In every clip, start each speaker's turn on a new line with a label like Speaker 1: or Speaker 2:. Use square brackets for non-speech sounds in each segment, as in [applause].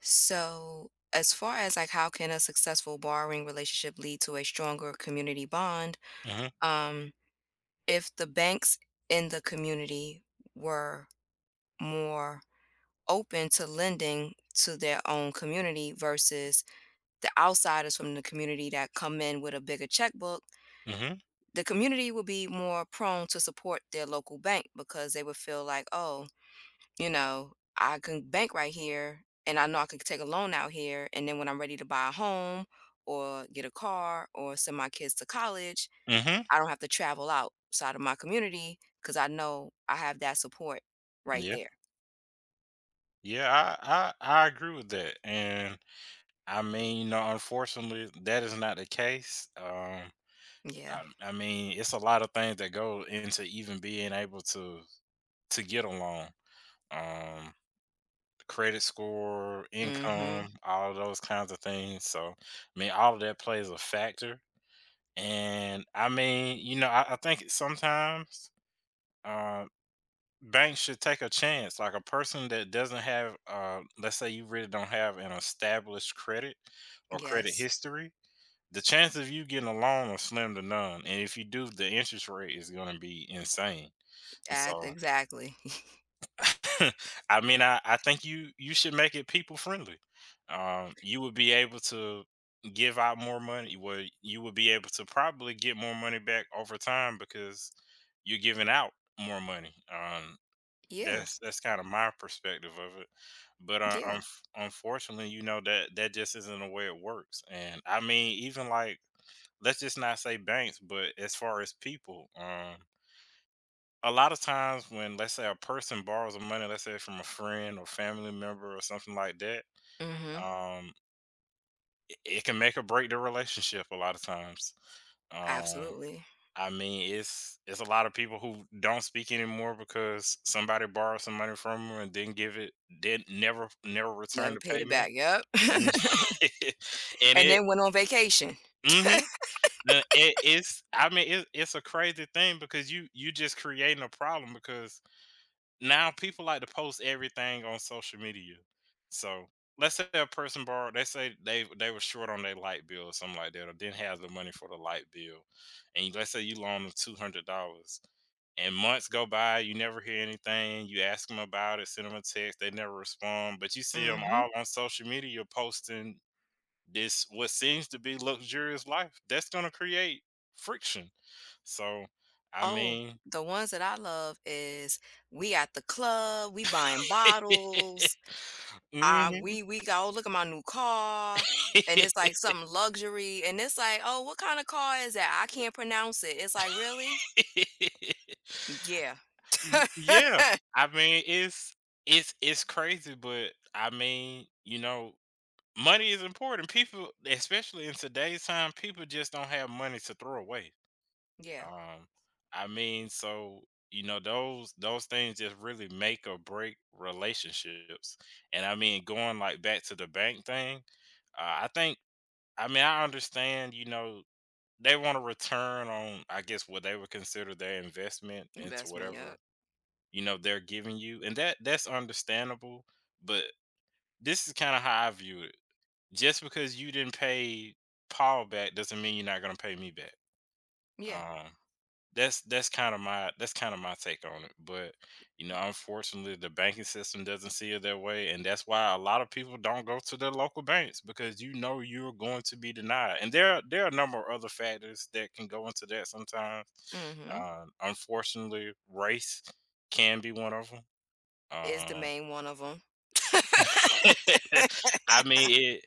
Speaker 1: So, as far as like how can a successful borrowing relationship lead to a stronger community bond?
Speaker 2: Mm-hmm.
Speaker 1: Um, if the banks in the community were more open to lending to their own community versus the outsiders from the community that come in with a bigger checkbook,
Speaker 2: Mm-hmm.
Speaker 1: the community would be more prone to support their local bank because they would feel like, oh, you know, I can bank right here and I know I can take a loan out here. And then when I'm ready to buy a home or get a car or send my kids to college,
Speaker 2: Mm-hmm.
Speaker 1: I don't have to travel outside of my community because I know I have that support right
Speaker 2: Yeah.
Speaker 1: there.
Speaker 2: Yeah, I agree with that. And I mean, you know, unfortunately that is not the case. Um
Speaker 1: Yeah.
Speaker 2: I, I mean, it's a lot of things that go into even being able to get along. Um Credit score,
Speaker 1: Mm-hmm.
Speaker 2: income, all those kinds of things. So I mean all of that plays a factor. And I mean, you know, I think sometimes um banks should take a chance. Like a person that doesn't have, let's say you really don't have an established credit or credit
Speaker 1: Yes.
Speaker 2: history, the chance of you getting a loan are slim to none. And if you do, the interest rate is going to be insane. And so,
Speaker 1: Exactly. [laughs]
Speaker 2: [laughs] I mean, I think you should make it people friendly. You would be able to give out more money. Well, you would be able to probably get more money back over time because you're giving out more money.
Speaker 1: Yeah.
Speaker 2: That's kind of my perspective of it, but,
Speaker 1: Yeah.
Speaker 2: unfortunately, you know, that just isn't the way it works, and I mean, even, like, let's just not say banks, but as far as people, a lot of times when, let's say, a person borrows the money, let's say, from a friend or family member or something like that,
Speaker 1: Mm-hmm.
Speaker 2: um, it can make or break the relationship a lot of times. um
Speaker 1: Absolutely.
Speaker 2: I mean, it's a lot of people who don't speak anymore because somebody borrowed some money from them and didn't give it, didn't never return
Speaker 1: Never
Speaker 2: the
Speaker 1: paid it
Speaker 2: payment.
Speaker 1: back. Yep.
Speaker 2: [laughs] and
Speaker 1: [laughs] And
Speaker 2: it,
Speaker 1: then went on vacation. [laughs]
Speaker 2: mm-hmm, it, it's I mean, it's a crazy thing because you just creating a problem because now people like to post everything on social media. So let's say a person borrowed, they say they were short on their light bill or something like that, or didn't have the money for the light bill, and let's say you loan them $200, and months go by, you never hear anything. You ask them about it, send them a text, they never respond, but you see them
Speaker 1: Mhm.
Speaker 2: all on social media posting this what seems to be luxurious life. That's gonna create friction. So I
Speaker 1: Oh,
Speaker 2: mean.
Speaker 1: the ones that I love is we at the club, we buying
Speaker 2: [laughs]
Speaker 1: bottles,
Speaker 2: Mhm.
Speaker 1: we go, "Oh, look at my new car. And it's like something
Speaker 2: [laughs]
Speaker 1: luxury." And it's like, "Oh, what kind of car is that? I can't pronounce it." It's like, really? Yeah.
Speaker 2: Y yeah,
Speaker 1: [laughs]
Speaker 2: I mean, it's crazy, but I mean, you know, money is important. People, especially in today's time, people just don't have money to throw away.
Speaker 1: Yeah,
Speaker 2: Um, I mean, so you know, those things just really make or break relationships. And I mean, going like back to the bank thing, I think I mean I understand, you know, they want a return on I guess what they would consider their investment into
Speaker 1: investment, yup.
Speaker 2: whatever you know they're giving you and that's understandable but this is kind of how I view it just because you didn't pay paul back doesn't mean you're not going to pay me back.
Speaker 1: Yeah,
Speaker 2: um, that's kind of my take on it but you know unfortunately the banking system doesn't see it that way and that's why a lot of people don't go to their local banks because you know you're going to be denied and there are a number of other factors that can go into that sometimes.
Speaker 1: mhm,
Speaker 2: Unfortunately race can be one of them.
Speaker 1: is the
Speaker 2: um,
Speaker 1: main one of them.
Speaker 2: [laughs] I mean it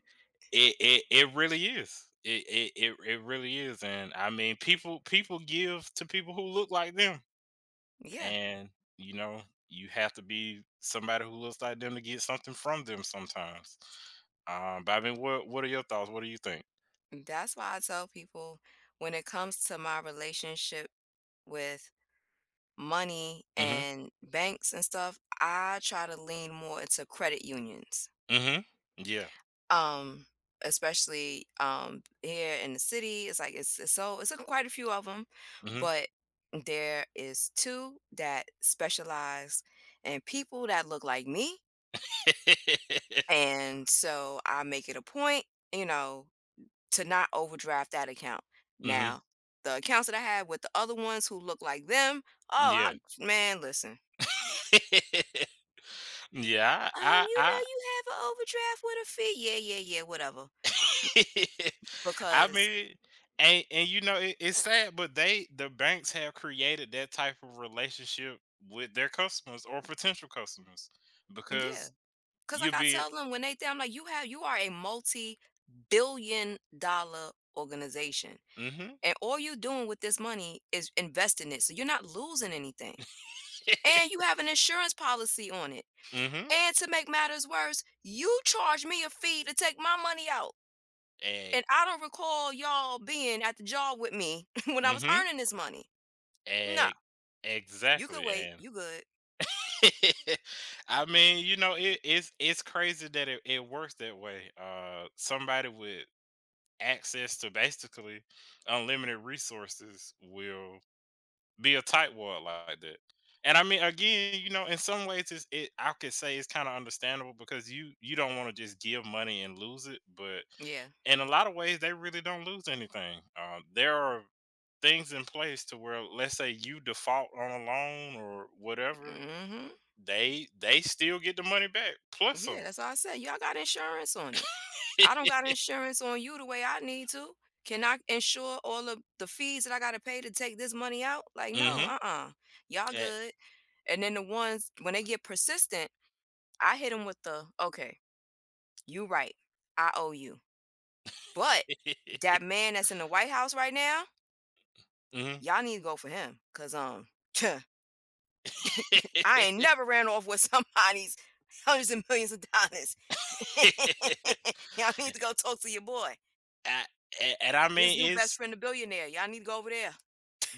Speaker 2: it it, it really is it really is and I mean people give to people who look like them
Speaker 1: Yeah,
Speaker 2: and you know you have to be somebody who looks like them to get something from them sometimes. But I mean, what are your thoughts? What do you think?
Speaker 1: that's why I tell people, when it comes to my relationship with money
Speaker 2: Mm-hmm.
Speaker 1: and banks and stuff, I try to lean more into credit unions.
Speaker 2: Mm-hmm. Yeah.
Speaker 1: Um, Especially, here in the city, it's like quite a few of them,
Speaker 2: Mm-hmm.
Speaker 1: but there is 2 that specialize in people that look like me.
Speaker 2: [laughs]
Speaker 1: And so I make it a point, you know, to not overdraft that account.
Speaker 2: Mm-hmm.
Speaker 1: Now, the accounts that I had with the other ones who look like them, oh, I,
Speaker 2: Yeah.
Speaker 1: man, listen.
Speaker 2: [laughs] Yeah.
Speaker 1: You know, you have an overdraft with a fee. Yeah, yeah, yeah, whatever.
Speaker 2: I, [laughs] I
Speaker 1: Because
Speaker 2: mean, and you know it's sad, but they the banks have created that type of relationship with their customers or potential customers
Speaker 1: yeah,
Speaker 2: because
Speaker 1: because like
Speaker 2: you'll
Speaker 1: I
Speaker 2: be.
Speaker 1: tell them when they think, I'm like, "You have, you are a multi-billion-dollar organization, and all you're doing with this money is investing it, so you're not losing anything,
Speaker 2: Mm-hmm.
Speaker 1: and you have an insurance policy on it.
Speaker 2: [laughs]
Speaker 1: And to make matters worse, you charge me a fee to take my money out. And
Speaker 2: Egg.
Speaker 1: I don't recall y'all being at the job with me [laughs] when I was
Speaker 2: Mhm.
Speaker 1: earning this money. No,
Speaker 2: Egg.
Speaker 1: you could
Speaker 2: Exactly,
Speaker 1: wait.
Speaker 2: and
Speaker 1: You good."
Speaker 2: [laughs] I mean, you know, it's crazy that it works that way. Somebody with access to basically unlimited resources will be a tightwad like that. And I mean, again, you know, in some ways, it's, it I could say it's kind of understandable because you don't want to just give money and lose it, but
Speaker 1: Yeah.
Speaker 2: in a lot of ways, they really don't lose anything. There are things in place to where, let's say, you default on a loan or whatever,
Speaker 1: Hmm.
Speaker 2: they still get the money back plus
Speaker 1: Yeah,
Speaker 2: some.
Speaker 1: that's all I said. Y'all got insurance on it. I don't
Speaker 2: [laughs]
Speaker 1: got insurance on you the way I need to. Can I insure all of the fees that I got to pay to take this money out? Like, no,
Speaker 2: Hmm.
Speaker 1: uh-uh. Y'all good. And then the ones, when they get persistent, I hit them with the, "Okay, you right. I owe you. But
Speaker 2: [laughs]
Speaker 1: that man that's in the White House right now,
Speaker 2: Hmm. [laughs]
Speaker 1: y'all need to go for him. Cause [laughs] I ain't never ran off with [laughs] somebody's hundreds and millions of dollars.
Speaker 2: [laughs]
Speaker 1: [laughs] Y'all need to go talk to your boy.
Speaker 2: and, and I
Speaker 1: His new
Speaker 2: mean,
Speaker 1: best
Speaker 2: it's
Speaker 1: friend, a billionaire. Y'all need to go over there."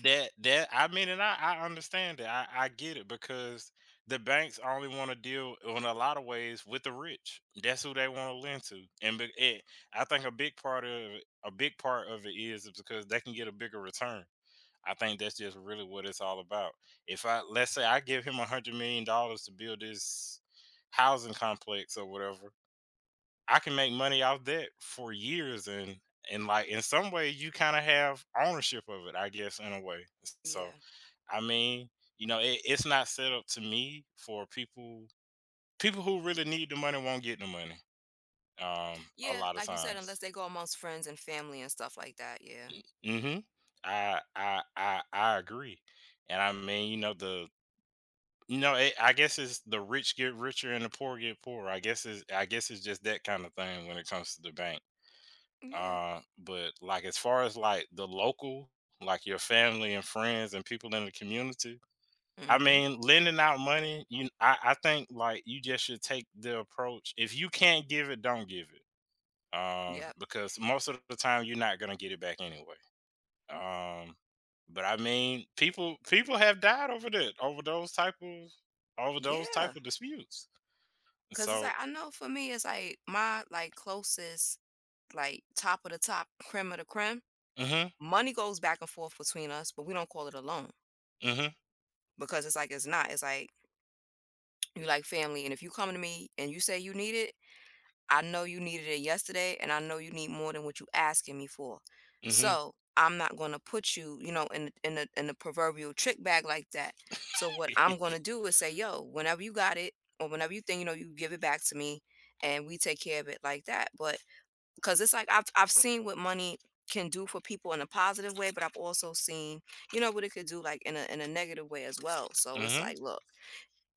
Speaker 2: that I mean, and I understand that. I get it because the banks only want to deal in a lot of ways with the rich. That's who they want to lend to, and I think a big part of it is because they can get a bigger return. I think that's just really what it's all about. If I Let's say I give him $100 million to build this housing complex or whatever, I can make money off that for years and like in some way you kind of have ownership of it, I guess, in a way. So
Speaker 1: Yeah.
Speaker 2: I mean, you know, it, it's not set up to me for people people who really need the money won't get the money. A
Speaker 1: Yeah.
Speaker 2: lot of
Speaker 1: Like you said, unless
Speaker 2: times.
Speaker 1: they go amongst friends and family and stuff like that. Yeah.
Speaker 2: Mm-hmm. I agree, and I mean, you know, the you know, it, I guess it's the rich get richer and the poor get poorer. I guess it's just that kind of thing when it comes to the bank.
Speaker 1: Yeah.
Speaker 2: But like as far as like the local, like your family and friends and people in the community, I
Speaker 1: Mm-hmm.
Speaker 2: mean, lending out money, I think like you just should take the approach. If you can't give it, don't give it.
Speaker 1: Yep.
Speaker 2: Because most of the time you're not gonna get it back anyway. Um, but I mean, people have died over that, over those type of over those type
Speaker 1: Yeah.
Speaker 2: of disputes.
Speaker 1: Cause it's like
Speaker 2: So
Speaker 1: I know for me, it's like my like closest, like top of the top, creme of the creme.
Speaker 2: hmm.
Speaker 1: Money goes back and forth between us, but we don't call it a loan
Speaker 2: mm-hmm,
Speaker 1: because it's like it's not. It's like you like family, and if you come to me and you say you need it, I know you needed it yesterday, and I know you need more than what you asking me for.
Speaker 2: mm-hmm,
Speaker 1: So I'm not gonna put you, you know, in in the proverbial trick bag like that. So what I'm
Speaker 2: [laughs]
Speaker 1: gonna do is say, "Yo, whenever you got it, or whenever you think, you know, you give it back to me, and we take care of it like that." But because it's like I've seen what money can do for people in a positive way, but I've also seen, you know, what it could do like in a negative way as well. So it's
Speaker 2: mm-hmm,
Speaker 1: like, look,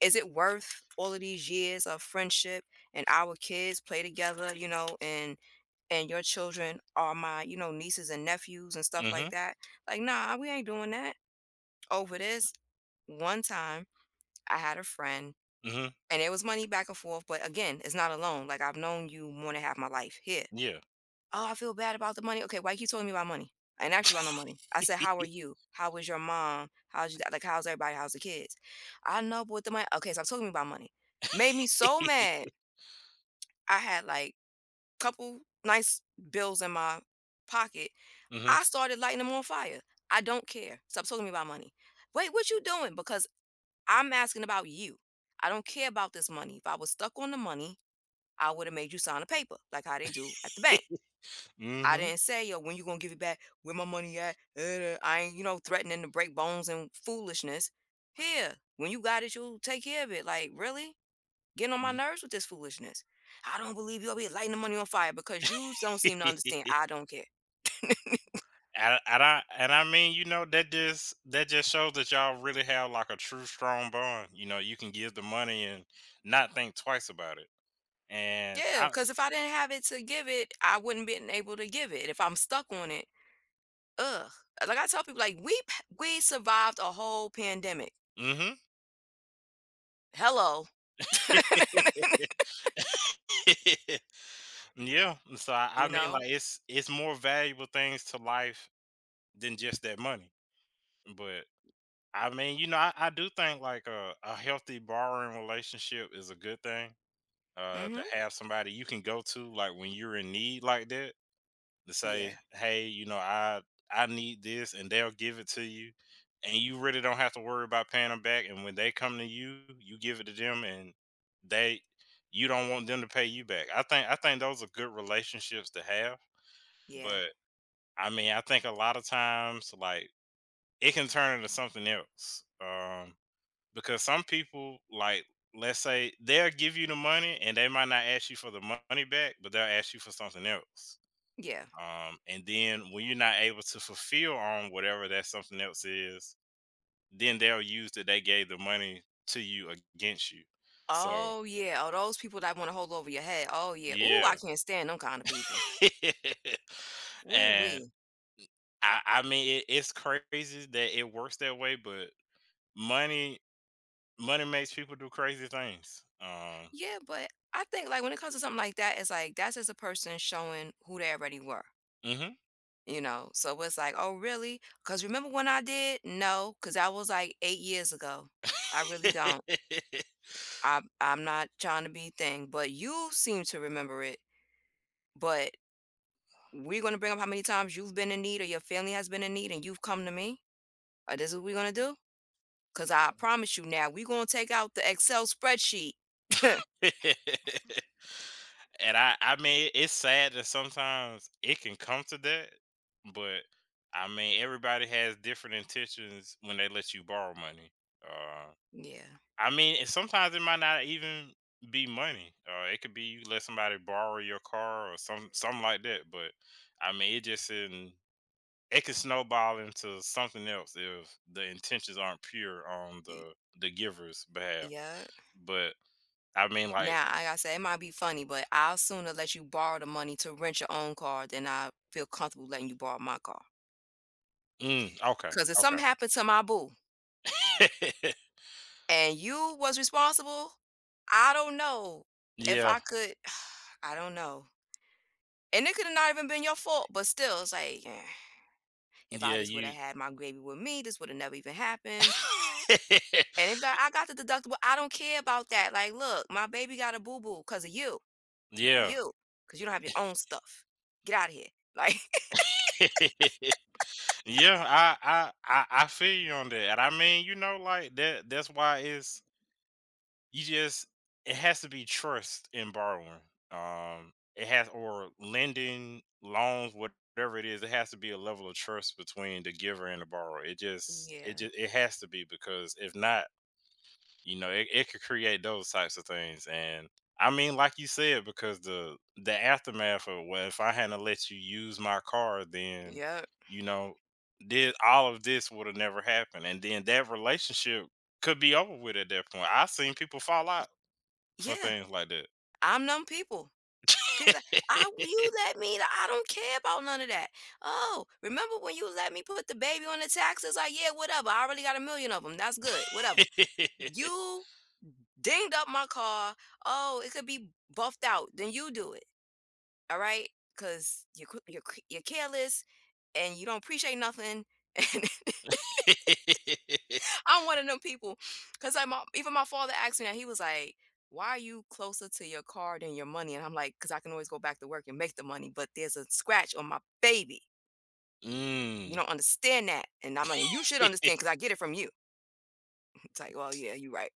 Speaker 1: is it worth all of these years of friendship, and our kids play together, you know, and your children are my, you know, nieces and nephews and stuff
Speaker 2: mm-hmm,
Speaker 1: like that? Like, nah, we ain't doing that over this. One time I had a friend
Speaker 2: mm-hmm. [laughs]
Speaker 1: and it was money back and forth, but again, it's not alone. Like I've known you more than half my life here.
Speaker 2: Yeah.
Speaker 1: "Oh, I feel bad about the money." "Okay, why you keep telling me about money? I didn't ask you about no money." I said, "How are you? How was your mom? How's you? Like, how's everybody? How's the kids?" "I know, but with the money." "Okay, stop telling me about money." Made me so
Speaker 2: [laughs]
Speaker 1: mad. I had like couple nice bills in my pocket.
Speaker 2: Mm-hmm.
Speaker 1: I started lighting them on fire. "I don't care. Stop talking to me about money." "Wait, what you doing?" "Because I'm asking about you. I don't care about this money. If I was stuck on the money, I would have made you sign a paper like how they do at the bank. I
Speaker 2: Mm-hmm.
Speaker 1: didn't say, 'Yo, when you gonna give it back? Where my money at?' I ain't, you know, threatening to break bones and foolishness. Here, when you got it, you take care of it. Like, really? Getting on my nerves with this foolishness. I don't believe you will be lighting the money on fire because you don't seem to
Speaker 2: [laughs]
Speaker 1: understand. I don't care."
Speaker 2: And and I mean, you know, that just shows that y'all really have like a true strong bond. You know, you can give the money and not think twice about it. And
Speaker 1: Yeah,
Speaker 2: I,
Speaker 1: because if I didn't have it to give it, I wouldn't been able to give it. If I'm stuck on it, ugh. Like I tell people, like we survived a whole pandemic.
Speaker 2: mm-hmm.
Speaker 1: Hello, [laughs]
Speaker 2: [laughs] Yeah. So
Speaker 1: you
Speaker 2: I mean,
Speaker 1: know.
Speaker 2: like it's more valuable things to life than just that money. But I mean, you know, I do think like a healthy borrowing relationship is a good thing. To
Speaker 1: Hmm.
Speaker 2: have somebody you can go to like when you're in need like that to
Speaker 1: Yeah,
Speaker 2: say, "Hey, you know, I need this," and they'll give it to you, and you really don't have to worry about paying them back. And when they come to you, you give it to them, and they you don't want them to pay you back. I think those are good relationships to have,
Speaker 1: yeah,
Speaker 2: but I mean, I think a lot of times like it can turn into something else. Because some people like let's say they'll give you the money and they might not ask you for the money back, but they'll ask you for something else.
Speaker 1: yeah.
Speaker 2: And then when you're not able to fulfill on whatever that something else is, then they'll use that they gave the money to you against you. So
Speaker 1: Oh, yeah. Oh, those people that wanna hold over your head. Oh, yeah. Ooh, I
Speaker 2: yeah.
Speaker 1: can't stand them kinda people.
Speaker 2: [laughs] and
Speaker 1: Ooh-wee.
Speaker 2: I mean it, it's crazy that it works that way, but money money makes people do crazy things.
Speaker 1: Yeah, but I think, like, when it comes to something like that, it's like, that's just a person showing who they already were,
Speaker 2: Mhm.
Speaker 1: you know? So it's like, "Oh, really? Because remember when I did?" "No, because that was, like, 8 years ago. I really don't.
Speaker 2: [laughs]
Speaker 1: I'm not trying to be thing, but you seem to remember it, but we're gonna bring up how many times you've been in need or your family has been in need and you've come to me? Or this is what we're gonna do?" 'Cause I promise you now, we gonna take out the Excel spreadsheet. [laughs]
Speaker 2: [laughs] and I mean, it's sad that sometimes it can come to that, but I mean, everybody has different intentions when they let you borrow money. Uh,
Speaker 1: Yeah.
Speaker 2: I mean, and sometimes it might not even be money. It could be you let somebody borrow your car or something like that. But I mean, it just in it can snowball into something else if the intentions aren't pure on
Speaker 1: Y
Speaker 2: the giver's behalf.
Speaker 1: yeah.
Speaker 2: But I mean, like,
Speaker 1: Now, like I said, it might be funny, but I'll sooner let you borrow the money to rent your own car than I feel comfortable letting you borrow my car.
Speaker 2: mm, okay,
Speaker 1: Cause if
Speaker 2: okay.
Speaker 1: something happened to my boo
Speaker 2: [laughs]
Speaker 1: and you was responsible, I don't know if
Speaker 2: Yeah.
Speaker 1: I could [sighs] I don't know. And it coulda not even been your fault, but still, it's like, eh, "If I
Speaker 2: Yeah,
Speaker 1: just woulda
Speaker 2: you
Speaker 1: had my baby with me, this woulda never even happened." And they be
Speaker 2: [laughs]
Speaker 1: like, "I got the deductible." "I don't care about that. Like, look, my baby got a boo-boo 'cause of you.
Speaker 2: Yeah.
Speaker 1: You. 'Cause you don't have your own stuff. Get out of here." Like [laughs]
Speaker 2: [laughs] Yeah, I feel you on that, and I mean, you know, like, that's why it's you just it has to be trust in borrowing. It has or lending, loans, whatever it is, it has to be a level of trust between the giver and the borrower.
Speaker 1: Yeah.
Speaker 2: It has to be because if not you know it could create those types of things and I mean like you said because the aftermath of well if I hadn't let you use my car then
Speaker 1: Yeah.
Speaker 2: you know did all of this would have never happened and then that relationship could be over with at that point I've seen people fall out for
Speaker 1: Yeah.
Speaker 2: things like that.
Speaker 1: I'm numb people. People like, "I you let me" I don't care about none of that. "Oh, remember when you let me put the baby on the taxes?" Like, yeah, whatever. I already got a million of them. That's good. Whatever.
Speaker 2: [laughs]
Speaker 1: "You dinged up my car." Oh, it could be buffed out. Then you do it. All right? Because you're careless and you don't appreciate nothing. [laughs] And
Speaker 2: [laughs]
Speaker 1: I'm one of them people. Because like my, even my father asked me that. He was like, "Why are you closer to your car than your money?" And I'm like, "Because I can always go back to work and make the money. But there's a scratch on my baby. You
Speaker 2: Mm.
Speaker 1: don't understand that." And I'm like, "You should understand because
Speaker 2: [laughs]
Speaker 1: I get it from you." [laughs] It's like, "Well, yeah, you're right."